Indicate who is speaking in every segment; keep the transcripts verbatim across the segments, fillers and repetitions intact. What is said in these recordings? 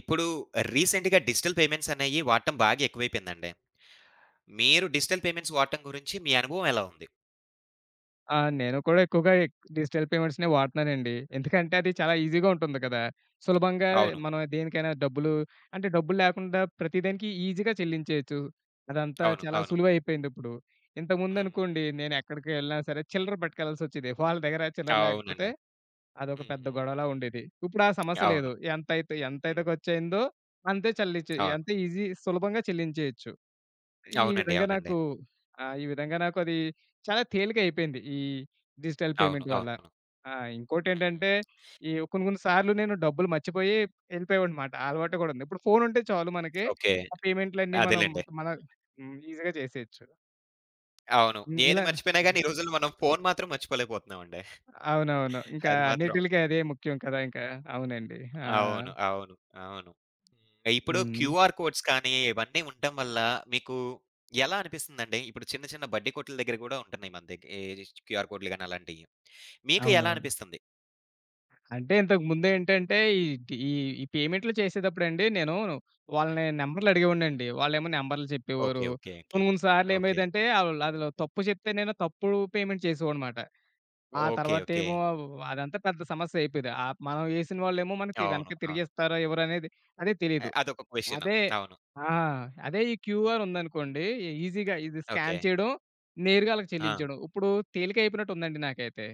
Speaker 1: ఇప్పుడు రీసెంట్‌గా digital payments అనేయి వాడటం బాగా ఎక్కువైపోయిందండి. మీరు డిజిటల్ పేమెంట్స్ వాడటం గురించి మీ అనుభవం ఎలా ఉంది?
Speaker 2: ఆ! నేను కూడా ఎక్కువగా ఎక్ డిజిటల్ పేమెంట్స్‌నే వాడుతున్నానండి. ఎందుకంటే అది చాలా ఈజీగా ఉంటుంది కదా! సులభంగా
Speaker 1: అవును.
Speaker 2: మనం దేనికైనా డబ్బులు అంటే డబ్బులు లేకుండా ప్రతి దానికి ఈజీగా చెల్లించేయొచ్చు. అదంతా
Speaker 1: అవును.
Speaker 2: చాలా
Speaker 1: అవును.
Speaker 2: సులువైపోయిందిప్పుడు.
Speaker 1: హ్మ్.
Speaker 2: ఇంతకుముందనుకోండి నేను ఎక్కడికి వెళ్ళినా సరే చిల్లర పట్టుకెళ్ళాల్సొచ్చేది. వాళ్ళ దగ్గర చిల్లర లేకపోతే
Speaker 1: అవునండి.
Speaker 2: అదొక
Speaker 1: హ్మ్.
Speaker 2: పెద్ద
Speaker 1: హ్మ్.
Speaker 2: గొడవలా ఉండేది. ఇప్పుడు ఆ సమస్య లేదు.
Speaker 1: అవును.
Speaker 2: ఎంతైతే ఎంతైతే
Speaker 1: హ్మ్.
Speaker 2: ఖర్చయిందో అంతే చెల్లించే
Speaker 1: అవును.
Speaker 2: అంతే ఈజీ సులభంగా చెల్లించేయొచ్చు. ఈ
Speaker 1: అవునండి.
Speaker 2: విధంగా
Speaker 1: అవునండి.
Speaker 2: నాకు ఆ! ఈ విధంగా నాకు అది చాలా తేలిక అయిపోయింది. ఈ డిజిటల్
Speaker 1: అవును.
Speaker 2: పేమెంట్ వల్ల.
Speaker 1: అవును.
Speaker 2: ఆ! ఇంకోటేంటంటే
Speaker 1: హ్మ్.
Speaker 2: ఈ కొన్ని కొన్ని సార్లు
Speaker 1: హ్మ్.
Speaker 2: నేను డబ్బులు మర్చిపోయి ఎళ్ళిపోయేవాడినమాట. ఆ అలవాటు కూడా ఉంది. ఇప్పుడు ఫోన్ ఉంటే చాలు మనకి
Speaker 1: ఓకే.
Speaker 2: ఆ పేమెంట్‌లన్నీ మనం
Speaker 1: అదేలెండి.
Speaker 2: మన హ్మ్. ఈజీ‌గా చేసేయొచ్చు.
Speaker 1: అవును.
Speaker 2: హ్మ్.
Speaker 1: ఏది
Speaker 2: ఇలా
Speaker 1: మర్చిపోయినా గాని ఈ రోజుల్లో మనం ఫోను మాత్రం మర్చిపోలేకపోతున్నామండి.
Speaker 2: అవునవును. ఇంకా
Speaker 1: అది మాత్రం.
Speaker 2: అన్నిటిలకి అదే ముఖ్యం కదా! ఇంకా. అవునండి. ఆ!
Speaker 1: అవును. అవును. అవును. హ్మ్. ఇప్పుడు
Speaker 2: హ్మ్.
Speaker 1: క్యూఆర్ కోడ్స్ కానీ, ఇవన్నీ ఉండటం వల్ల మీకు ఎలా అనిపిస్తుందండి? ఇప్పుడు చిన్న, చిన్న బడ్డీ కొట్టుల దగ్గర గూడా ఉంటున్నాయి మన దగ్గర ఈ క్యూఆర్ కోడ్‌లు గాని అలాంటియి. మీకు ఎలా
Speaker 2: అవునవును.
Speaker 1: అనిపిస్తుంది?
Speaker 2: అంటే ఇంతకు ముందేంటంటే, ఈ టి ఈ ఈ పేమెంట్లు చేసేటప్పుడండి నేను
Speaker 1: హ్మ్.
Speaker 2: వాళ్ళని నంబర్‌లు అడిగేవాడినండి. వాళ్ళేమో నంబర్‌లు చెప్పేవారు.
Speaker 1: ఓకే. ఓకే. ఓకే.
Speaker 2: కొన్ని కొన్ని సార్లు
Speaker 1: ఓకే.
Speaker 2: ఏమైందంటే ఆళ్ళు అదిలో తప్పు చెప్తే నేను తప్పుడు పేమెంట్ చేసేవాడినమాట. ఆ
Speaker 1: ఓకే. ఓకే.
Speaker 2: తర్వాతేమో అదంతా పెద్ద సమస్య అయిపోయేది. ఆహ్, మనం ఏసిన వాళ్ళేమో మనకి
Speaker 1: అవును.
Speaker 2: వెనక్కి
Speaker 1: అవును.
Speaker 2: తిరిగిస్తారో ఇవ్వరో అనేది అదే తెలీదు.
Speaker 1: అ- అదొక క్వెషన్.
Speaker 2: అదే
Speaker 1: అవును.
Speaker 2: ఆ! అదే ఈ క్యూఆర్ ఉందనుకోండి ఈజీగా ఇది స్కాన్
Speaker 1: ఓకే.
Speaker 2: చేయడం, నేరుగా ఆళ్ళకి
Speaker 1: ఆ!
Speaker 2: చెల్లించడం. ఇప్పుడు తేలికయిపోయినట్టుందండి నాకైతే.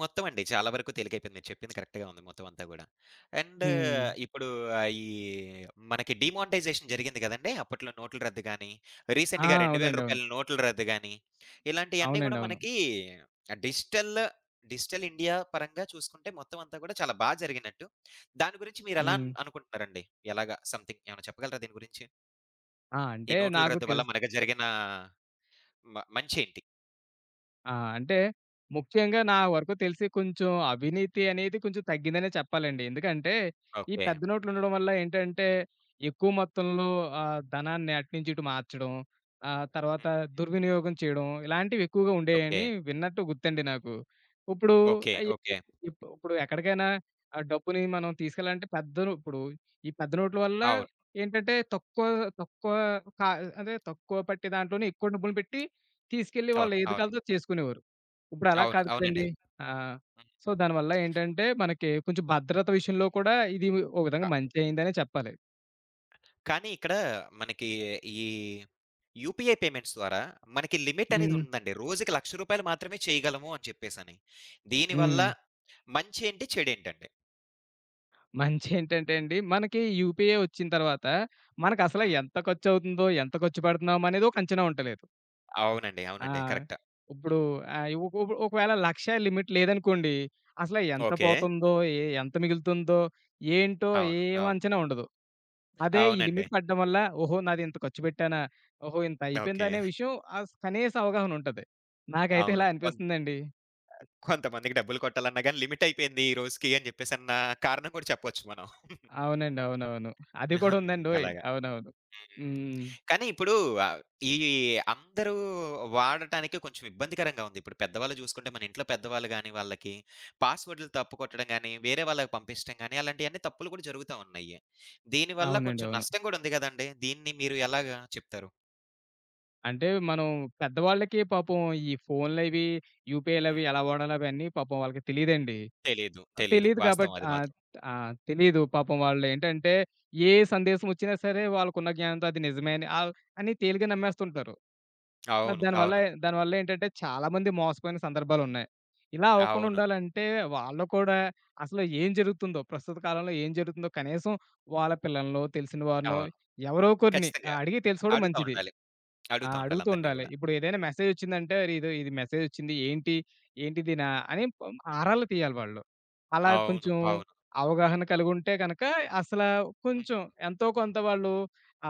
Speaker 1: మొత్తం అండి. చాలా వరకు తేలికైపోయింది. మీరు చెప్పింది కరెక్ట్‌గా ఉంది మొత్తం అంతా గూడా. అండ్
Speaker 2: హ్మ్.
Speaker 1: ఇప్పుడు ఆహ్, ఈ మనకి డీమానిటైజేషన్ జరిగింది గదండీ! అప్పట్లో నోట్ల రద్దు గాని,
Speaker 2: ఆ!
Speaker 1: రీసెంట్‌గా రూ.
Speaker 2: అవునండి. అవును.
Speaker 1: రెండు వేల నోట్ల రద్దు గాని, ఇలాంటియన్నీ
Speaker 2: అవునండి.
Speaker 1: గూడా
Speaker 2: అవును.
Speaker 1: మనకి డిజిటల్, డిజిటల్ ఇండియా పరంగా చూసుకుంటే మొత్తం అంతా గూడా చాలా బా జరిగినట్టు. దాని గురించి మీరెలా అన్
Speaker 2: హ్మ్.
Speaker 1: అనుకుంటున్నారండి? ఎలాగా సంథింగ్ ఏమైనా చెప్పగలరా దీని గురించి?
Speaker 2: ఆ!
Speaker 1: ఈ
Speaker 2: అంటే
Speaker 1: నోట్ల
Speaker 2: నాకు
Speaker 1: రద్దు వల్ల
Speaker 2: తెలుసు.
Speaker 1: మనకు జరిగిన మ మంచేంటి?
Speaker 2: ఆ! అంటే ముఖ్యంగా నా వరకు తెలిసి కొంచెం అవినీతి అనేది కొంచెం తగ్గిందనే చెప్పాలండి. ఎందుకంటే ఈ
Speaker 1: ఓకే.
Speaker 2: పెద్ద నోట్లు ఉండడం వల్ల ఏంటంటే ఎక్కువ మొత్తంలో ఆహ్, ధనాన్ని అటు నుంచి ఇటు మార్చడం, ఆహ్, తర్వాత
Speaker 1: హ్మ్.
Speaker 2: దుర్వినియోగం చేయడం ఇలాంటివి ఎక్కువగా
Speaker 1: ఓకే.
Speaker 2: ఉండేయని విన్నట్టు గుర్తండి నాకు. ఇప్పుడు
Speaker 1: ఓకే.
Speaker 2: ఇ
Speaker 1: ఓకే.
Speaker 2: ఇప్ ఇప్పుడు ఎక్కడికైనా ఆ డబ్బుని మనం తీసుకెళ్ళాలంటే పెద్ద ఇప్పుడు ఈ పెద్ద నోట్ల వల్ల
Speaker 1: అవును.
Speaker 2: ఏంటంటే తక్కువ తక్కువ కా అదే తక్కువ పట్టే దాంట్లోనే ఎక్కువ డబ్బులు పెట్టి తీసుకెళ్ళి వాళ్ళు
Speaker 1: అవును.
Speaker 2: ఏది
Speaker 1: అవును.
Speaker 2: కావాలితే అది చేసుకునేవారు. ఇప్పుడు అలా
Speaker 1: అవును.
Speaker 2: కాదు
Speaker 1: అవునండి.
Speaker 2: కదండీ! ఆ!
Speaker 1: హ్మ్.
Speaker 2: సో, దానివల్ల ఏంటంటే మనకి కొంచెం భద్రత విషయంలో కూడా ఇది ఒక విధంగా
Speaker 1: ఆహ్,
Speaker 2: మంచి అయిందనే చెప్పాలి.
Speaker 1: కానీ ఇక్కడ మనకి ఈ యూపీఐ పేమెంట్స్ ద్వారా మనకి లిమిట్ అనేది
Speaker 2: హ్మ్.
Speaker 1: ఉందండి. రోజుకి రూ. లక్ష మాత్రమే చేయగలము అని చెప్పేసని. దీనివల్ల
Speaker 2: హ్మ్.
Speaker 1: మంచేంటి? చెడేంటండి?
Speaker 2: మంచి ఏంటంటే అండి, మనకి యూపీఐ వచ్చిన తర్వాత మనకసల
Speaker 1: హ్మ్.
Speaker 2: ఎంత ఖర్చవుతుందో, ఎంత ఖర్చు పెడుతున్నాం అనేది ఒక అంచనా ఉంటలేదు.
Speaker 1: అవునండి.
Speaker 2: ఆ!
Speaker 1: అవునండి. కరెక్ట్.
Speaker 2: ఇప్పుడు
Speaker 1: హ్మ్.
Speaker 2: ఆహ్, ఒక ఒక ఒకవేళ ఒక లక్ష లిమిట్ లేదనుకోండి, అసల ఎంత
Speaker 1: ఓకే.
Speaker 2: పోతుందో, ఎ ఎంత మిగులుతుందో, ఏంటో
Speaker 1: అవును.
Speaker 2: ఏం
Speaker 1: అవును.
Speaker 2: అంచనా ఉండదు. అదే ఈ
Speaker 1: అవునండి.
Speaker 2: లిమిట్ పడడం వల్ల, ఓహో! నాదింత ఖర్చు పెట్టానా? ఓహో! ఇంత
Speaker 1: ఓకే.
Speaker 2: అయిపోయిందనే విషయం అస్ కనీస అవగాహనుంటది. నాకైతే
Speaker 1: అవును.
Speaker 2: ఇలా
Speaker 1: కొంత్
Speaker 2: అనిపిస్తుందండి.
Speaker 1: కొంతమందికి డబ్బులు కొట్టాలన్నా గాని లిమిట్ అయిపోయింది ఈ రోజుకి అని చెప్పేసన్న కారణం కూడా చెప్పొచ్చు మనం.
Speaker 2: అవునండి. అవునవును. అది కూడా
Speaker 1: హ్మ్.
Speaker 2: ఉందండోయ్!
Speaker 1: అలాగ.
Speaker 2: అవునవును.
Speaker 1: హ్మ్.
Speaker 2: హ్మ్.
Speaker 1: కానీ ఇప్పుడు ఆహ్, ఈ అందరూ వాడటానికి కొంచెం ఇబ్బందికరంగా ఉంది. ఇప్పుడు పెద్దవాళ్ళు చూసుకుంటే మన ఇంట్లో పెద్దవాళ్ళు గాని, వాళ్ళకి పాస్‌వర్డ్‌లు తప్పు కొట్టడం గాని, వేరే వాళ్ళకి పంపించడం గాని, అలాంటియన్నీ తప్పులు కూడా జరుగుతా ఉన్నాయి. దీనివల్ల
Speaker 2: అవునండి.
Speaker 1: కొంచెం
Speaker 2: అవును.
Speaker 1: నష్టం కూడా ఉంది గదండీ! దీన్ని మీరు ఎలాగా చెప్తారు?
Speaker 2: అంటే మనం పెద్దవాళ్ళకి పాపం ఈ ఫోన్‌లవి, యూపీఐలవి
Speaker 1: హ్మ్.
Speaker 2: ఎలా వాడాలో అవన్నీ పాపం వాళ్ళకి తెలీదండి.
Speaker 1: తెలీదు.
Speaker 2: ఆహ్,
Speaker 1: తెలీదు.
Speaker 2: తెలీదు కాబట్టి
Speaker 1: వాస్తవం అది
Speaker 2: ఆహ్,
Speaker 1: మాత్రం.
Speaker 2: ఆ! తెలీదు. పాపం వాళ్ళేంటంటే, ఏ సందేశం వచ్చినా సరే వాళ్ళకున్న జ్ఞానంతో అది నిజమే అని ఆల్ అని తేలిగ్గా నమ్మేస్తుంటారు. ఆ!
Speaker 1: అవును.
Speaker 2: దానివల్ల
Speaker 1: అవును.
Speaker 2: దానివల్ల ఏంటంటే చాలామంది మోసపోయిన సందర్భాలున్నాయి. ఇలా అవ్వకుండా
Speaker 1: అవును.
Speaker 2: ఉండాలంటే వాళ్ళు కూడా అసలు ఏం జరుగుతుందో, ప్రస్తుత కాలంలో ఏం జరుగుతుందో కనీసం వాళ్ళ పిల్లలనో, తెలిసిన వారినో
Speaker 1: అవును.
Speaker 2: ఎవరో ఒకరిని
Speaker 1: ఖచ్చితంగా.
Speaker 2: అడిగి తెలుసుకోవడం
Speaker 1: అడుగుతా
Speaker 2: మంచిది.
Speaker 1: ఉండాలి.
Speaker 2: ఆ!
Speaker 1: అడుగుతా ఉండాలి
Speaker 2: అడుగుతూ
Speaker 1: అందరిని
Speaker 2: ఉండాలి.
Speaker 1: గూడా.
Speaker 2: ఇప్పుడు ఏదైనా మెసేజ్ వచ్చిందంటే "ఇదో ఇది మెసేజ్ వచ్చింది. ఏంటి? ఏంటిదినా?" అని పం ఆరాలు తీయాలి వాళ్ళు. అలా
Speaker 1: అవును.
Speaker 2: కొంచెం
Speaker 1: అవును.
Speaker 2: అవగాహన కలిగుంటే గనక అసల
Speaker 1: హ్మ్.
Speaker 2: కొంచెం ఎంతో కొంత వాళ్ళు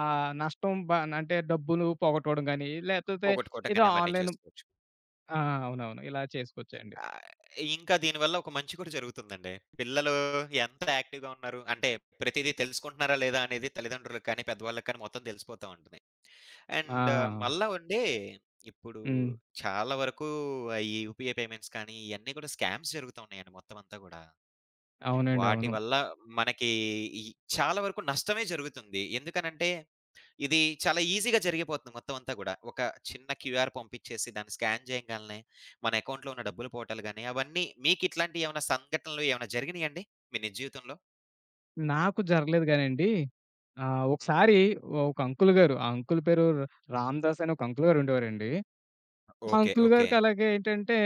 Speaker 2: ఆహ్, నష్టం బ అంటే డబ్బులు పోగొట్టుకోవడం గానీ, లేకపోతే
Speaker 1: పోగొట్టుకోవటం
Speaker 2: ఏదో
Speaker 1: గాని అవన్నీ
Speaker 2: ఆన్‌లైన్
Speaker 1: చేసుకోవచ్చు.
Speaker 2: ఆ! అవునవును. ఇలా చేసుకోవచ్చండి.
Speaker 1: ఆహ్, ఇంకా దీనివల్ల ఒక మంచి కూడా జరుగుతుందండి. పిల్లలు ఎంత యాక్టివ్‌గా ఉన్నారు అంటే ప్రతీదీ తెలుసుకుంటున్నారా లేదా అనేది తల్లిదండ్రులకు కానీ, పెద్దవాళ్ళకి కానీ మొత్తం తెలిసిపోతా ఉంటుంది. అండ్
Speaker 2: ఆ!
Speaker 1: మళ్ళా ఉండి ఇప్పుడు
Speaker 2: హ్మ్.
Speaker 1: చాలా వరకు ఈ యూపీఐ పేమెంట్స్ కానీ ఇయన్నీ కూడా స్కామ్స్ జరుగుతూ ఉన్నాయండి మొత్తం అంతా గూడా.
Speaker 2: అవునండి.
Speaker 1: వాటి
Speaker 2: అవును.
Speaker 1: వల్ల మనకి ఈ చాలా వరకు నష్టమే జరుగుతుంది. ఎందుకనంటే ఇది చాలా ఈజీగా జరిగిపోతుంది మొత్తం అంతా గూడా. ఒక చిన్న క్యూఆర్ పంపించేసి దాన్ని స్కాన్ చేయంగాల్నే మన అకౌంట్‌లో ఉన్న డబ్బులు పోవటాలు గాని, అవన్నీ మీకిట్లాంటియి ఏమైనా సంఘటనలు ఏమైనా జరిగినియండి మీ నిజ జీవితంలో?
Speaker 2: నాకు జరగలేదు గానండి. ఆహ్,
Speaker 1: హ్మ్.
Speaker 2: ఒకసారి ఒక అంకుల్ గారు, ఆ అంకుల్ పేరు రామదాస్ అని ఒక అంకుల్ గారు ఉండేవారండి. మా
Speaker 1: ఓకే.
Speaker 2: Uncle
Speaker 1: okay.
Speaker 2: గారికి అలాగే ఏంటంటే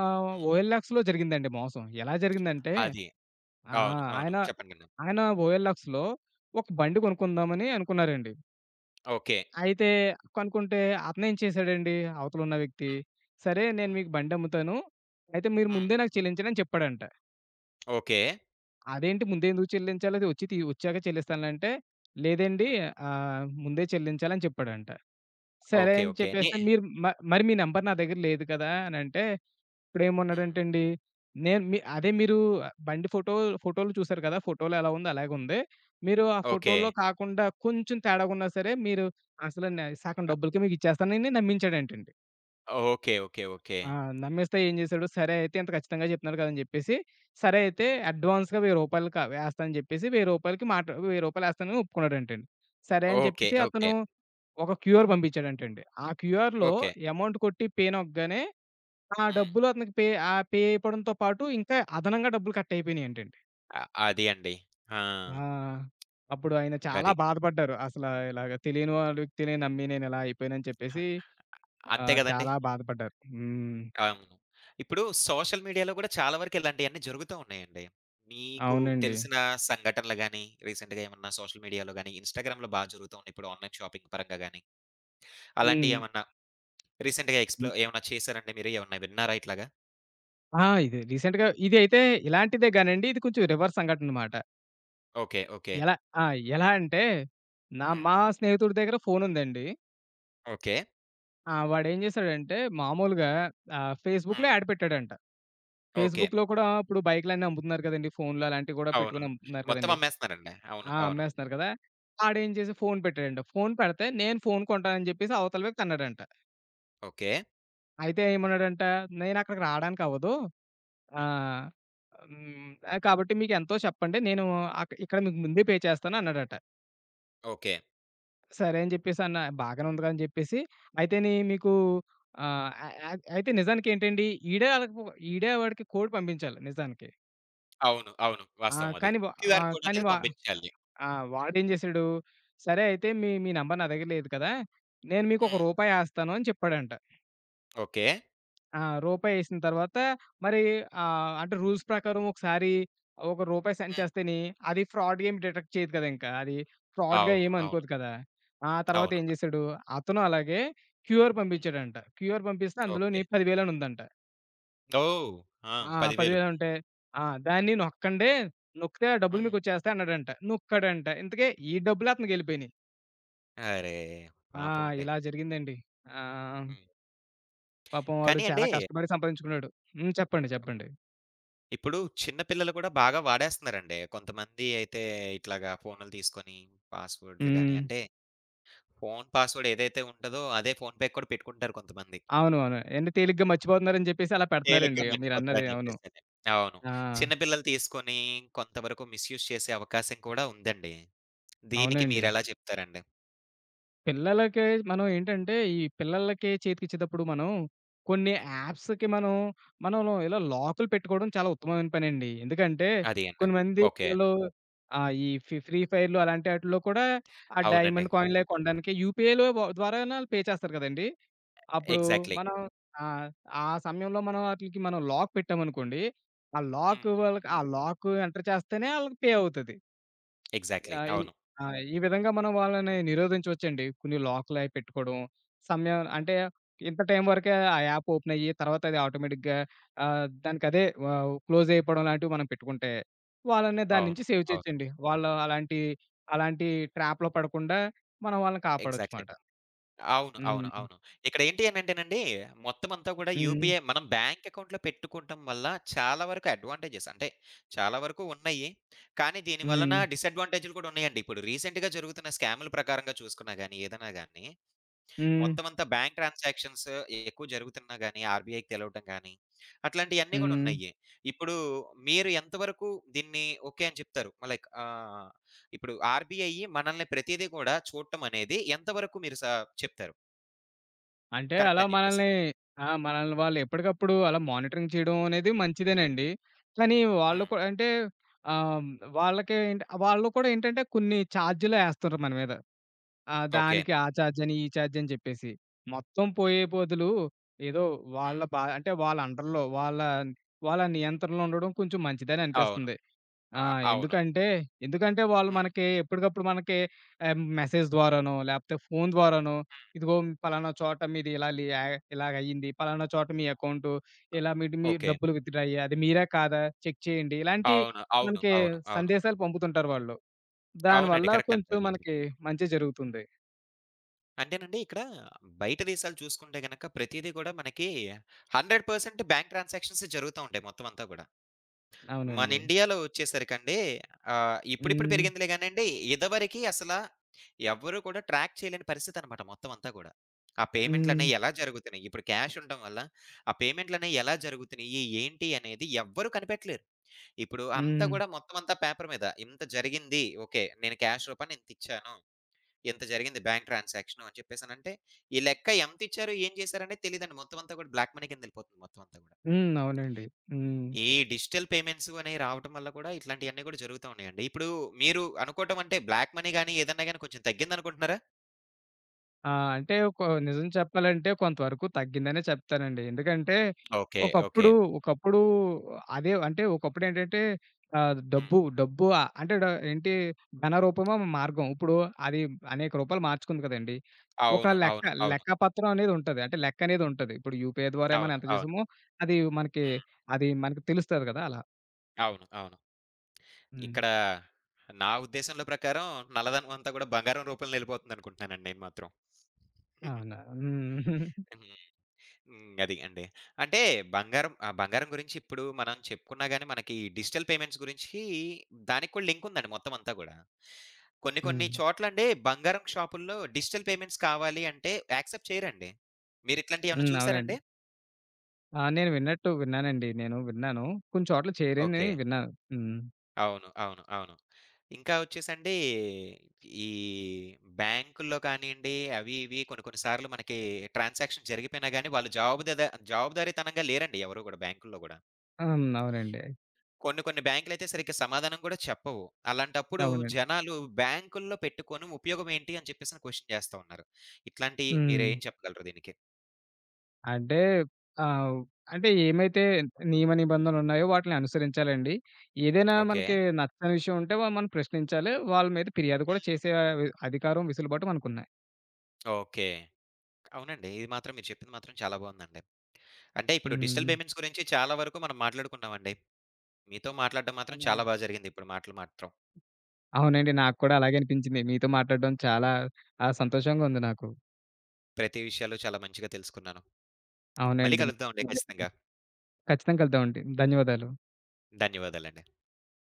Speaker 2: ఆహ్,
Speaker 1: హ్మ్.
Speaker 2: ఓఎల్ఎక్స్‌లో జరిగిందండి మోసం. ఎలా జరిగిందంటే
Speaker 1: అది. అవును.
Speaker 2: ఆహ్,
Speaker 1: అవును.
Speaker 2: ఆయన
Speaker 1: చెప్పండి విన్నాను.
Speaker 2: ఆయన ఓఎల్ఎక్స్‌లో ఒక బండి
Speaker 1: హ్మ్.
Speaker 2: కొనుక్కుందామని అనుకున్నారండి.
Speaker 1: ఓకే.
Speaker 2: అయితే కనుక్కుంటే అతనేం చేశాడండి అవతలున్న వ్యక్తి,
Speaker 1: హ్మ్.
Speaker 2: "సరే నేను
Speaker 1: హ్మ్.
Speaker 2: మీకు బండి అమ్ముతాను. అయితే మీరు
Speaker 1: హ్మ్.
Speaker 2: ముందే నాకు చెల్లించండి" అని చెప్పాడంట.
Speaker 1: ఓకే.
Speaker 2: అదేంటి ముందే ఎందుకు చెల్లించాలి? అది వచ్చి తీ వచ్చాక చెల్లిస్తానులంటే, "లేదండి
Speaker 1: హ్మ్.
Speaker 2: ఆహ్, ముందే చెల్లించాలి" అని చెప్పాడంట. సరే
Speaker 1: ఓకే.
Speaker 2: అని
Speaker 1: ఓకే. ని
Speaker 2: చెప్పేస్తే, "మీరు మ మరి మీ నంబర్ నా దగ్గర లేదు కదా!" అనంటే
Speaker 1: హ్మ్.
Speaker 2: ఇప్పుడేమన్నాడంటే అండి, నేను మీ అదే మీరు బండి ఫోటో ఫోటోలు చూసారు కదా! ఫోటోలో ఎలా ఉందో అలాగే ఉంది. మీరు ఆ
Speaker 1: ఓకే.
Speaker 2: ఫోటోలో కాకుండా కొంచెం తేడాగున్నా సరే మీరు అసలు నే సగం
Speaker 1: అ
Speaker 2: డబ్బులకే మీకిచ్చేస్తానని నమ్మించాడంటండి.
Speaker 1: ఓకే. ఓకే. ఓకే.
Speaker 2: ఆ! నమ్మేస్తే ఏం చేశాడు, సరే అయితే ఇంత ఖచ్చితంగా చెప్తున్నారు కదా! అని చెప్పేసి, సరే అయితే
Speaker 1: హ్మ్.
Speaker 2: అడ్వాన్స్‌గా రూ. వెయ్యి క వేస్తా అని చెప్పేసి రూ. 1000కి మాట రూ. వెయ్యి ఏస్తానని ఒప్పుకున్నాడంటండి. సరే అని
Speaker 1: ఓకే.
Speaker 2: చెప్పేసి అతను
Speaker 1: ఓకే.
Speaker 2: ఒక క్యూఆర్
Speaker 1: హ్మ్.
Speaker 2: పంపించాడంటండి. ఆ క్యూఆర్‌లో
Speaker 1: ఓకే.
Speaker 2: అమౌంట్ కొట్టి పే నొక్కగానే ఆ
Speaker 1: హ్మ్.
Speaker 2: డబ్బులు అతనికి పే ఆహ్, పే అయిపోవడంతో పాటు ఇంకా అదనంగా డబ్బులు కట్ అయిపోయినాయంటండి.
Speaker 1: అ అది అండి. ఆ!
Speaker 2: ఆ! అప్పుడు ఆయన చాలా
Speaker 1: ఇంగది.
Speaker 2: బాధపడ్డారు. అసలా ఇలాగ తెలియని వాళ్ళ వ్యక్తిని నమ్మి నేనిలా అయిపోయానని చెప్పేసి
Speaker 1: అంతే
Speaker 2: ఆహ్,
Speaker 1: గదండీ!
Speaker 2: చాలా బాధపడ్డారు. హ్మ్.
Speaker 1: అవును. ఇప్పుడు సోషల్ మీడియాలో గూడా చాలా వరకు ఇలాంటియన్నీ జరుగుతూ ఉన్నాయండి. మీకు
Speaker 2: అవునండి.
Speaker 1: తెలిసిన సంఘటనలు గాని, రీసెంట్‌గా ఏమన్నా సోషల్ మీడియాలో గాని, ఇన్‌స్టాగ్రామ్‌లో బా జరుగుతూ ఉన్నాయి. ఇప్పుడు ఆన్‌లైన్ షాపింగ్ పరంగా గాని,
Speaker 2: హ్మ్.
Speaker 1: అలాంటియేమన్నా రీసెంట్‌గా ఎక్స్‌ప్లో
Speaker 2: హ్మ్.
Speaker 1: ఏమన్నా చేశారండి మీరు? ఏమన్నా విన్నారా ఇట్లాగా?
Speaker 2: ఆ! ఇది రీసెంట్‌గా ఇదైతే ఇలాంటిదే గానండి. ఇది కొంచెం రివర్స్ సంఘటన మాట.
Speaker 1: ఓకే. ఓకే.
Speaker 2: ఎలా ఆ! ఎలా అంటే నా
Speaker 1: హ్మ్.
Speaker 2: మా స్నేహితుడి దగ్గర ఫోనుందండి.
Speaker 1: ఓకే.
Speaker 2: ఆ! వాడేం చేశాడంటే మామూలుగా ఆహ్, ఫేస్‌బుక్‌లో
Speaker 1: హ్మ్.
Speaker 2: యాడ్ పెట్టాడంట.
Speaker 1: ఓకే.
Speaker 2: ఫేస్‌బుక్‌లో కూడా ఇప్పుడు బైక్‌లన్నీ అమ్ముతున్నారు కదండీ! ఫోన్‌లు అలాంటివి కూడా
Speaker 1: అవును.
Speaker 2: పెట్టుకొని అమ్ముతున్నారు
Speaker 1: మొత్తం
Speaker 2: కదండీ!
Speaker 1: అమ్మేస్తున్నారండి. అవును.
Speaker 2: ఆ!
Speaker 1: అవును.
Speaker 2: అమ్మేస్తున్నారు కదా! ఆడేం చేసి ఫోన్ పెట్టాడంట. ఫోన్ పెడితే నేను ఫోన్ కొంటానని చెప్పేసి అవతల వ్యక్తి అన్నాడంట.
Speaker 1: ఓకే.
Speaker 2: అయితే ఏమన్నాడంట, "నేనక్కడికి రాడానికి అవ్వదు.
Speaker 1: హ్మ్.
Speaker 2: ఆహ్, హ్మ్, కాబట్టి మీకెంతో చెప్పండి. నేను అక్ ఇక్కడ మీకు ముందే పే చేస్తాను" అన్నాడట.
Speaker 1: ఓకే.
Speaker 2: సరే అని చెప్పేసి అన్న బాగానే ఉంది కదా! అని చెప్పేసి అయితేని మీకు ఆహ్, అ అ అయితే నిజానికేంటండి ఈడే ఆళ్ళకి ఈడే వాడికి కోడ్ పంపించాలి నిజానికి.
Speaker 1: అవును. అవును.
Speaker 2: ఆ!
Speaker 1: వాస్తవం అది.
Speaker 2: కానీ వా ఆ!
Speaker 1: క్యూఆర్ కోడ్
Speaker 2: కానీ
Speaker 1: అనేది
Speaker 2: వా
Speaker 1: పంపించాలి.
Speaker 2: ఆ! వాడేం చేసాడు, సరే అయితే మీ మీ నంబర్ నా దగ్గర లేదు కదా! నేను మీకు ఒక
Speaker 1: హ్మ్.
Speaker 2: రూపాయి ఎస్తాను అని చెప్పాడంట.
Speaker 1: ఓకే.
Speaker 2: ఆ! రూపాయి ఎసిన తర్వాత మరి ఆహ్, అంటే రూల్స్ ప్రకారం ఒకసారి ఒక రూపాయి సెండ్
Speaker 1: హ్మ్.
Speaker 2: చేస్తేని అది ఫ్రాడ్‌గా ఏమి డిటెక్ట్ చేయదు కదా! ఇంకా. అది ఫ్రాడ్‌గా
Speaker 1: అవును.
Speaker 2: ఏమి
Speaker 1: అవును.
Speaker 2: అనుకోదు కదా! ఆ తర్వాత
Speaker 1: అవును.
Speaker 2: ఏం చేసాడు, అతను అలాగే క్యూఆర్
Speaker 1: హ్మ్.
Speaker 2: పంపించాడంట. క్యూఆర్ పంపిస్తే అందులోని
Speaker 1: ఓకే.
Speaker 2: పది వేలు అని ఉందంట.
Speaker 1: ఓహ్! ఆ!
Speaker 2: ఆ!
Speaker 1: పది వేలు
Speaker 2: పది వేలు ఉంటే, ఆ! దాన్ని నొక్కండి. నొక్కితే ఆ డబ్బులు
Speaker 1: హ్మ్.
Speaker 2: మీకొచ్చేస్తాయి అన్నాడంట. నొక్కాడంట. ఇంతకీ ఈ డబ్బులు అతనికెళ్ళిపోయినియి.
Speaker 1: అరే!
Speaker 2: ఆ!
Speaker 1: పాపం అండి.
Speaker 2: ఇలా జరిగిందండి. ఆహ్,
Speaker 1: హ్మ్.
Speaker 2: పాపం వాడు
Speaker 1: కానీ
Speaker 2: చాలా
Speaker 1: అండి,
Speaker 2: కష్టపడి సంపాదించుకున్నాడు. హ్మ్. చెప్పండి. చెప్పండి.
Speaker 1: ఇప్పుడు చిన్న పిల్లలు కూడా బాగా వాడేస్తున్నారండి. కొంతమంది అయితే ఇట్లాగా ఫోనులు తీసుకొని పాస్‌వర్డ్‌లు గాని,
Speaker 2: హ్మ్.
Speaker 1: అంటే ఫోను పాస్‌వర్డ్ ఏదైతే ఉంటదో అదే ఫోన్‌పే కూడా పెట్టుకుంటారు కొంతమంది.
Speaker 2: అవును. అవును. ఏంటే తేలిగ్గా మర్చిపోతున్నారని చెప్పేసి అలా
Speaker 1: తేలిగ్గా
Speaker 2: పెడుతున్నారండి. మీరన్నది
Speaker 1: మర్చిపోతారని
Speaker 2: అవును.
Speaker 1: చెప్పేసని. అవును.
Speaker 2: ఆ!
Speaker 1: చిన్న పిల్లలు తీసుకొని కొంతవరకు మిస్‌యూజ్ చేసే అవకాశం కూడా ఉందండి. దీనికి
Speaker 2: అవునండి.
Speaker 1: మీరెలా చెప్తారండి?
Speaker 2: పిల్లలకే మనం ఏంటంటే, ఈ పిల్లలకే చేతికిచ్చేటప్పుడు మనం కొన్ని
Speaker 1: హ్మ్.
Speaker 2: యాప్స్‌కి మనం, మనం, ఇలా లాకులు పెట్టుకోవడం చాలా ఉత్తమమైన పనండి. ఎందుకంటే,
Speaker 1: అది అండి.
Speaker 2: కొంతమంది
Speaker 1: ఓకే.
Speaker 2: పిల్లలు ఆహ్, ఈ ఫి ఫ్రీ ఫైర్‌లు అలాంటి ఆటిల్లో కూడా ఆ
Speaker 1: అవునండి.
Speaker 2: డైమండ్ కాయిన్‌లవి కొనడానికి యూపీఐ‌లో వ ద్వారానా పే చేస్తారు కదండీ! అప్పుడు
Speaker 1: ఎగ్జాక్ట్‌లీ.
Speaker 2: మనం ఆహ్, ఆ సమయంలో మనం ఆటిలికి మనం లాక్ పెట్టామనుకోండి, ఆ లాక్
Speaker 1: హ్మ్. హ్మ్.
Speaker 2: వాళ్ళకి ఆ లాక్ ఎంటర్ చేస్తేనే ఆళ్ళకి పే అవుతది.
Speaker 1: ఎగ్జాక్ట్‌లీ.
Speaker 2: ఆహ్, ఈ
Speaker 1: అవును.
Speaker 2: ఆ! ఈ విధంగా మనం వాళ్ళని నిరోధించవచ్చండి. కొన్ని లాక్‌లయి పెట్టుకోవడం. సమయం అంటే ఇంత టైం వరకే ఆ యాప్ ఓపెన్ అయ్యి తర్వాత అది ఆటోమేటిక్‌గా ఆహ్, దానికదే ఆహ్, క్లోజ్ అయిపోవడం లాంటివి మనం పెట్టుకుంటే, వాళ్ళని దాని
Speaker 1: అవును.
Speaker 2: నుంచి సేవ్
Speaker 1: అవును.
Speaker 2: చేయొచ్చండి. వాళ్ళు అలాంటి, అలాంటి ట్రాప్‌లో పడకుండా మనం వాళ్ళని కాపాడొచ్చు
Speaker 1: ఎగ్జాక్ట్‌లీ.
Speaker 2: మాట.
Speaker 1: అవును. అవును.
Speaker 2: హ్మ్.
Speaker 1: అవును. ఇక్కడ ఏంటి అనంటేనండి, మొత్తం అంతా కూడా
Speaker 2: హ్మ్.
Speaker 1: యూపీఐ మనం బ్యాంక్ అకౌంట్‌లో పెట్టుకోవటం వల్ల చాలా వరకు అడ్వాంటేజెస్ అంటే, చాలా వరకు ఉన్నాయి. కానీ దీని వలన
Speaker 2: హ్మ్.
Speaker 1: డిసడ్వాంటేజ్‌లు కూడా ఉన్నాయండి. ఇప్పుడు రీసెంట్‌గా జరుగుతున్న స్కామ్‌ల ప్రకారంగా చూసుకున్నా గాని, ఏదైనా గాని
Speaker 2: హ్మ్. హ్మ్.
Speaker 1: మొత్తమంతా బ్యాంక్ ట్రాన్సాక్షన్స్ ఎక్కువ జరుగుతున్నా గాని, ఆర్‌బీఐకి తెలవటం గాని, అట్లాంటియన్నీ గూడా
Speaker 2: హ్మ్.
Speaker 1: ఉన్నాయి. ఇప్పుడు మీరు ఎంతవరకు దీన్ని ఓకే అని చెప్తారు? లైక్ ఆహ్, ఇప్పుడు ఆర్‌బీఐ మనల్ని ప్రతీదీ గూడా చూడటం అనేది ఎంతవరకు మీరు స చెప్తారు?
Speaker 2: అంటే
Speaker 1: కరెక్ట్
Speaker 2: అలా
Speaker 1: అని
Speaker 2: మనల్ని
Speaker 1: జెప్పేసని.
Speaker 2: ఆ! మనల్ని వాళ్ళు ఎప్పటికప్పుడు అలా మానిటరింగ్ చేయడం అనేది మంచిదేనండి. కానీ వాళ్ళు
Speaker 1: హ్మ్.
Speaker 2: కూడా అంటే ఆహ్, వాళ్ళకి ఏంటి వాళ్ళు కూడా ఏంటంటే కొన్ని చార్జ్‌లు ఏస్తారు మన మీద. ఆహ్,
Speaker 1: ఓకే.
Speaker 2: దానికి ఆ చార్జ్ అని, ఈ చార్జ్ అని చెప్పేసి. మొత్తం పోయే
Speaker 1: హ్మ్.
Speaker 2: బదులు ఏదో వాళ్ళ
Speaker 1: హ్మ్.
Speaker 2: బా అంటే వాళ్ళ అండర్‌లో వాళ్ళ వాళ్ళ నియంత్రణలో ఉండడం కొంచెం మంచిదని
Speaker 1: అవును.
Speaker 2: అనిపిస్తుంది. ఆ!
Speaker 1: ఆ! అవును.
Speaker 2: ఎందుకంటే, ఎందుకంటే వాళ్ళు
Speaker 1: హ్మ్.
Speaker 2: మనకి ఎప్పటికప్పుడు మనకి ఆహ్, మెసేజ్ ద్వారానో, లేపోతే ఫోను ద్వారానో,
Speaker 1: హ్మ్.
Speaker 2: ఇదిగో
Speaker 1: హ్మ్.
Speaker 2: పలానా చోట మీది ఇలా లి యా ఇలాగయింది. పలానా చోట మీ అకౌంటు ఇలా మీటి మీ
Speaker 1: ఓకే.
Speaker 2: డబ్బులు విత్‌డ్రా అయ్యాయి. అది మీరా? కాదా? చెక్ చేయండి. ఇలాంటి
Speaker 1: అవును. అవును.
Speaker 2: మనకి
Speaker 1: అవును. అవును.
Speaker 2: సందేశాలు పంపుతుంటారు వాళ్ళు.
Speaker 1: అవునండి.
Speaker 2: దానివల్ల
Speaker 1: కరెక్ట్ అండి
Speaker 2: కొంచెం
Speaker 1: అది మాత్రం.
Speaker 2: మనకి మంచే జరుగుతుంది.
Speaker 1: అంటేనండి ఇక్కడ బయట దేశాలు చూసుకుంటే గనక ప్రతీదీ కూడా మనకి వంద శాతం బ్యాంక్ ట్రాన్సాక్షన్స్ జరుగుతా ఉంటాయి మొత్తం అంతా కూడా. మన
Speaker 2: అవునండి.
Speaker 1: ఇండియాలో వచ్చేసరికండి ఆహ్, ఇప్పుడిప్పుడు
Speaker 2: హ్మ్.
Speaker 1: పెరిగిందిలే గానండి. ఇదివరకి అసల ఎవ్వరు కూడా ట్రాక్ చేయలేని పరిస్థితనమాట మొత్తం అంతా గూడా. ఆ
Speaker 2: హ్మ్.
Speaker 1: పేమెంట్‌లనేయి ఎలా జరుగుతున్నాయి? ఇప్పుడు క్యాష్ ఉండడం వల్ల ఆ పేమెంట్‌లనేయి ఎలా జరుగుతున్నాయి? ఏంటి? అనేది ఎవ్వరు కనిపెట్టలేరు. ఇప్పుడు అంతా
Speaker 2: హ్మ్.
Speaker 1: గూడా మొత్తం అంతా పేపర్ మీద ఇంత జరిగింది. ఓకే. నేను క్యాష్ రూపాన ఇంతిచ్చాను. ఇంత జరిగింది బ్యాంక్ ట్రాన్సాక్షన్ అని చెప్పేసనంటే, ఈ లెక్క ఎంతిచ్చారు, ఏం చేశారనేది తెలీదండి. మొత్తం అంతా కూడా బ్లాక్ మనీ కిందెళ్ళిపోతుంది మొత్తం అంతా గూడా.
Speaker 2: హ్మ్. అవునండి. హ్మ్.
Speaker 1: ఈ డిజిటల్ పేమెంట్స్ అనేవి రావటం వల్ల కూడా ఇట్లాంటియన్నీ కూడా జరుగుతా ఉన్నాయండి. ఇప్పుడు మీరు అనుకోవటం అంటే బ్లాక్ మనీ గాని, ఏదన్నా గాని కొంచెం తగ్గిందనుకుంటున్నారా?
Speaker 2: ఆ! అంటే కొ నిజం చెప్పాలంటే కొంతవరకు తగ్గిందనే చెప్తానండి. ఎందుకంటే
Speaker 1: ఓకే. ఓకే.
Speaker 2: ఒకప్పుడు, ఒకప్పుడు అదే అంటే ఒకప్పుడేంటంటే ఆహ్,
Speaker 1: హ్మ్.
Speaker 2: డబ్బు, డబ్బు ఆహ్, అంటే డ ఏంటి ధన రూపమో మార్గం. ఇప్పుడు అది అనేక రూపాలు మార్చుకుంది కదండీ! ఒక
Speaker 1: అవును.
Speaker 2: లెక్క,
Speaker 1: అవును. అవును.
Speaker 2: లెక్క పత్రం అనేది ఉంటది. అంటే లెక్క అనేది ఉంటది. ఇప్పుడు యూపీఐ ద్వారా మనం
Speaker 1: అవును.
Speaker 2: ఎంత
Speaker 1: అవును.
Speaker 2: చేసామో అది మనకి,
Speaker 1: హ్మ్.
Speaker 2: అది మనకి తెలుస్తది కదా! అలా.
Speaker 1: అవును. అవును.
Speaker 2: హ్మ్.
Speaker 1: ఇక్కడ నా ఉద్దేశంలో ప్రకారం నల్లధనం అంతా కూడా బంగారం రూపంలో ఎళ్ళిపోతుందనుకుంటున్నానండి నేను మాత్రం.
Speaker 2: అవునా! హ్మ్.
Speaker 1: హ్మ్. అది అండి. అంటే బంగారం ఆహ్, బంగారం గురించి ఇప్పుడు మనం చెప్పుకున్నా గాని మనకి డిజిటల్ పేమెంట్స్ గురించి దానికి కూడా లింక్ ఉందండి మొత్తం అంతా గూడా. కొన్ని కొన్ని
Speaker 2: హ్మ్.
Speaker 1: చోట్లండి బంగారం షాపుల్లో డిజిటల్ పేమెంట్స్ కావాలి అంటే యాక్సెప్ట్ చేయరండి. మీరు ఇట్లాంటియేమన్నా
Speaker 2: హ్మ్. అవునండి.
Speaker 1: చూసారండి?
Speaker 2: ఆ! నేను విన్నట్టు విన్నానండి. నేను విన్నాను. కొన్ని చోట్ల చేరింది
Speaker 1: ఓకే.
Speaker 2: విన్నాను. హ్మ్.
Speaker 1: అవును. అవును. అవును. ఇంకా వచ్చేసండి ఈ బ్యాంకుల్లో కానియండి అవి ఇవి కొన్ని కొన్ని సార్లు మనకి ట్రాన్సాక్షన్ జరిగిపోయినా గాని వాళ్ళు జవాబుదద జవాబుదారీతనంగా లేరండి ఎవరు గూడా బ్యాంకుల్లో గూడా.
Speaker 2: హ్మ్. అవునండి.
Speaker 1: కొన్ని కొన్ని బ్యాంకులయితే సరిగ్గా సమాధానం కూడా చెప్పవు. అలాంటప్పుడు
Speaker 2: అవునండి.
Speaker 1: జనాలు బ్యాంకుల్లో పెట్టుకొని ఉపయోగం ఏంటి అని చెప్పేసని క్వెషన్ చేస్తా ఉన్నారు. ఇట్లాంటియి
Speaker 2: హ్మ్.
Speaker 1: మీరేం చెప్పగలరు దీనికి?
Speaker 2: అంటే ఆహ్, అంటే ఏమైతే నియమ నిబంధనలున్నాయో వాటిని అనుసరించాలండి. ఏదైనా
Speaker 1: ఓకే.
Speaker 2: మనకి నచ్చని విషయం ఉంటే వ మనం ప్రశ్నించాలి. వాళ్ళ మీద ఫిర్యాదు కూడా
Speaker 1: హ్మ్.
Speaker 2: చేసే అధికారం, వెసులుబాటు మనకున్నాయి.
Speaker 1: ఓకే. అవునండి. ఇది మాత్రం మీరు చెప్పింది మాత్రం చాలా బావుందండి. అంటే ఇప్పుడు డిజిటల్
Speaker 2: హ్మ్.
Speaker 1: పేమెంట్స్ గురించి చాలా వరకు మనం మాట్లాడుకున్నామండి. మీతో మాట్లాడడం మాత్రం చాలా
Speaker 2: అవునండి.
Speaker 1: బా జరిగింది ఇప్పుడు మాటలు మాత్రం.
Speaker 2: అవునండి. నాకు కూడా అలాగే అనిపించింది. మీతో మాట్లాడడం చాలా ఆహ్, సంతోషంగా ఉంది నాకు.
Speaker 1: ప్రతి విషయాలు చాలా మంచిగా తెలుసుకున్నాను. మళ్ళీ
Speaker 2: అవునండి.
Speaker 1: కలుద్దామండి ఖచ్చితంగా.
Speaker 2: ఖచ్చితంగా కలుద్దామండి. ధన్యవాదాలు.
Speaker 1: ధన్యవాదాలండి.